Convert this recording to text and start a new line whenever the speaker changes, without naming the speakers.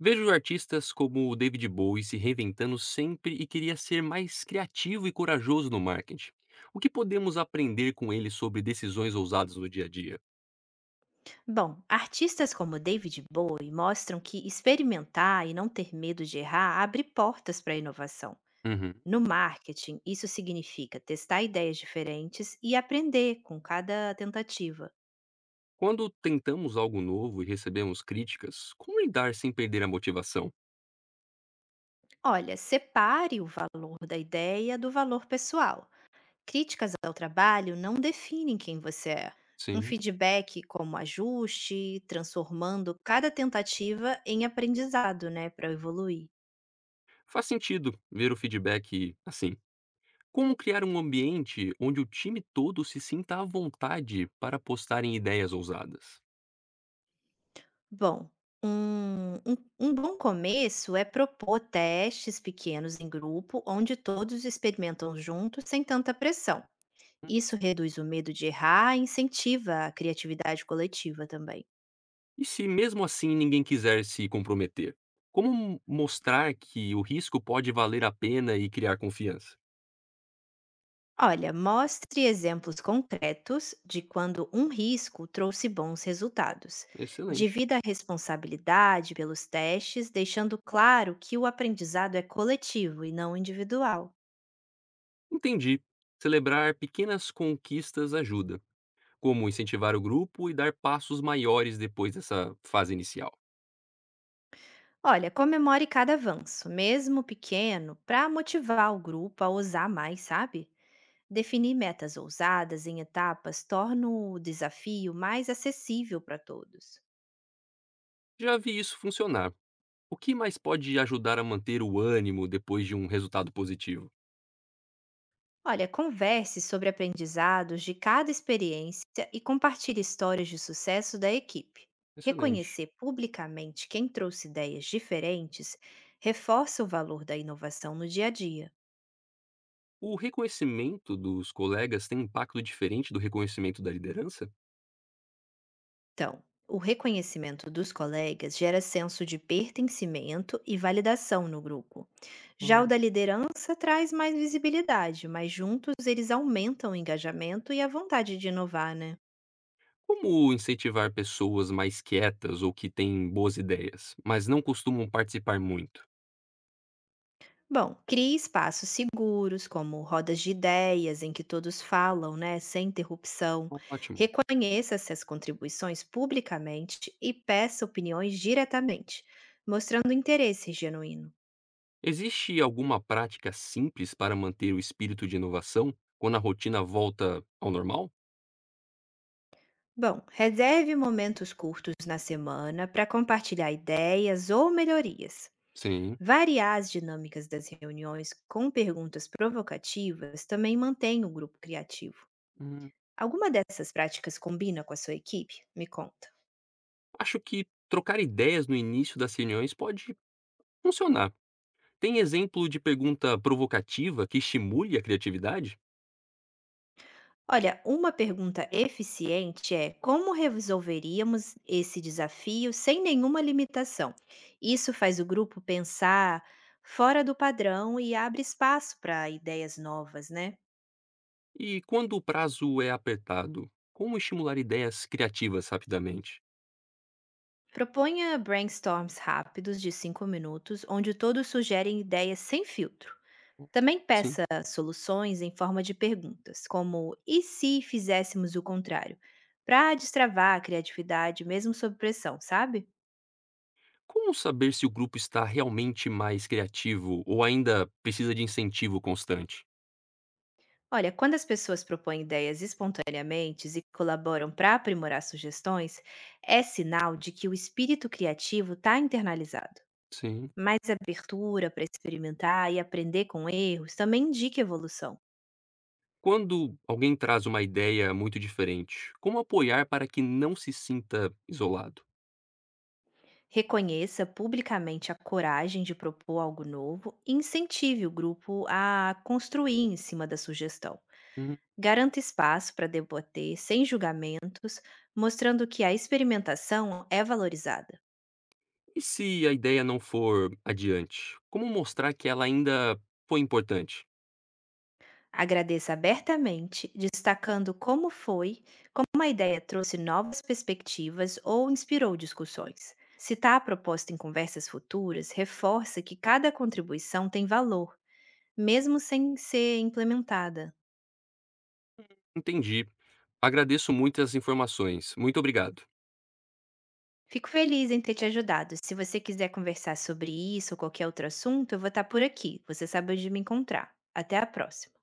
Vejo artistas como o David Bowie se reinventando sempre e queria ser mais criativo e corajoso no marketing. O que podemos aprender com ele sobre decisões ousadas no dia a dia?
Bom, artistas como David Bowie mostram que experimentar e não ter medo de errar abre portas para a inovação.
Uhum.
No marketing, isso significa testar ideias diferentes e aprender com cada tentativa.
Quando tentamos algo novo e recebemos críticas, como lidar sem perder a motivação?
Olha, separe o valor da ideia do valor pessoal. Críticas ao trabalho não definem quem você é. Um
Sim.
feedback como ajuste, transformando cada tentativa em aprendizado, né, para evoluir.
Faz sentido ver o feedback assim. Como criar um ambiente onde o time todo se sinta à vontade para postar em ideias ousadas?
Bom, um bom começo é propor testes pequenos em grupo, onde todos experimentam juntos sem tanta pressão. Isso reduz o medo de errar e incentiva a criatividade coletiva também.
E se mesmo assim ninguém quiser se comprometer? Como mostrar que o risco pode valer a pena e criar confiança?
Olha, mostre exemplos concretos de quando um risco trouxe bons resultados.
Excelente.
Divida a responsabilidade pelos testes, deixando claro que o aprendizado é coletivo e não individual.
Entendi. Celebrar pequenas conquistas ajuda, como incentivar o grupo e dar passos maiores depois dessa fase inicial.
Olha, comemore cada avanço, mesmo pequeno, para motivar o grupo a ousar mais, sabe? Definir metas ousadas em etapas torna o desafio mais acessível para todos.
Já vi isso funcionar. O que mais pode ajudar a manter o ânimo depois de um resultado positivo?
Olha, converse sobre aprendizados de cada experiência e compartilhe histórias de sucesso da equipe.
Excelente.
Reconhecer publicamente quem trouxe ideias diferentes reforça o valor da inovação no dia a dia.
O reconhecimento dos colegas tem impacto diferente do reconhecimento da liderança?
Então, o reconhecimento dos colegas gera senso de pertencimento e validação no grupo. Já o
Ah,
da liderança traz mais visibilidade, mas juntos eles aumentam o engajamento e a vontade de inovar, né?
como incentivar pessoas mais quietas ou que têm boas ideias, mas não costumam participar muito?
Bom, crie espaços seguros, como rodas de ideias em que todos falam, né, sem interrupção.
Ótimo.
Reconheça essas contribuições publicamente e peça opiniões diretamente, mostrando interesse genuíno.
Existe alguma prática simples para manter o espírito de inovação quando a rotina volta ao normal?
Bom, reserve momentos curtos na semana para compartilhar ideias ou melhorias.
Sim.
Variar as dinâmicas das reuniões com perguntas provocativas também mantém o grupo criativo.
Hum.
Alguma dessas práticas combina com a sua equipe? Me conta.
Acho que trocar ideias no início das reuniões pode funcionar. Tem exemplo de pergunta provocativa que estimule a criatividade?
Olha, uma pergunta eficiente é como resolveríamos esse desafio sem nenhuma limitação? Isso faz o grupo pensar fora do padrão e abre espaço para ideias novas, né?
E quando o prazo é apertado, como estimular ideias criativas rapidamente?
Proponha brainstorms rápidos de 5 minutos, onde todos sugerem ideias sem filtro. Também
Sim.
peça soluções em forma de perguntas, como e se fizéssemos o contrário? Para destravar a criatividade, mesmo sob pressão, sabe?
Como saber se o grupo está realmente mais criativo ou ainda precisa de incentivo constante?
Olha, quando as pessoas propõem ideias espontaneamente e colaboram para aprimorar sugestões, é sinal de que o espírito criativo está internalizado.
Sim.
Mais abertura para experimentar e aprender com erros também indica evolução.
Quando alguém traz uma ideia muito diferente, como apoiar para que não se sinta isolado?
Reconheça publicamente a coragem de propor algo novo e incentive o grupo a construir em cima da sugestão.
Uhum.
Garanta espaço para debater sem julgamentos, mostrando que a experimentação é valorizada.
E se a ideia não for adiante, como mostrar que ela ainda foi importante?
Agradeça abertamente, destacando como foi, como a ideia trouxe novas perspectivas ou inspirou discussões. Citar a proposta em conversas futuras reforça que cada contribuição tem valor, mesmo sem ser implementada.
Entendi. Agradeço muito as informações. Muito obrigado.
Fico feliz em ter te ajudado. Se você quiser conversar sobre isso ou qualquer outro assunto, eu vou estar por aqui. Você sabe onde me encontrar. Até a próxima.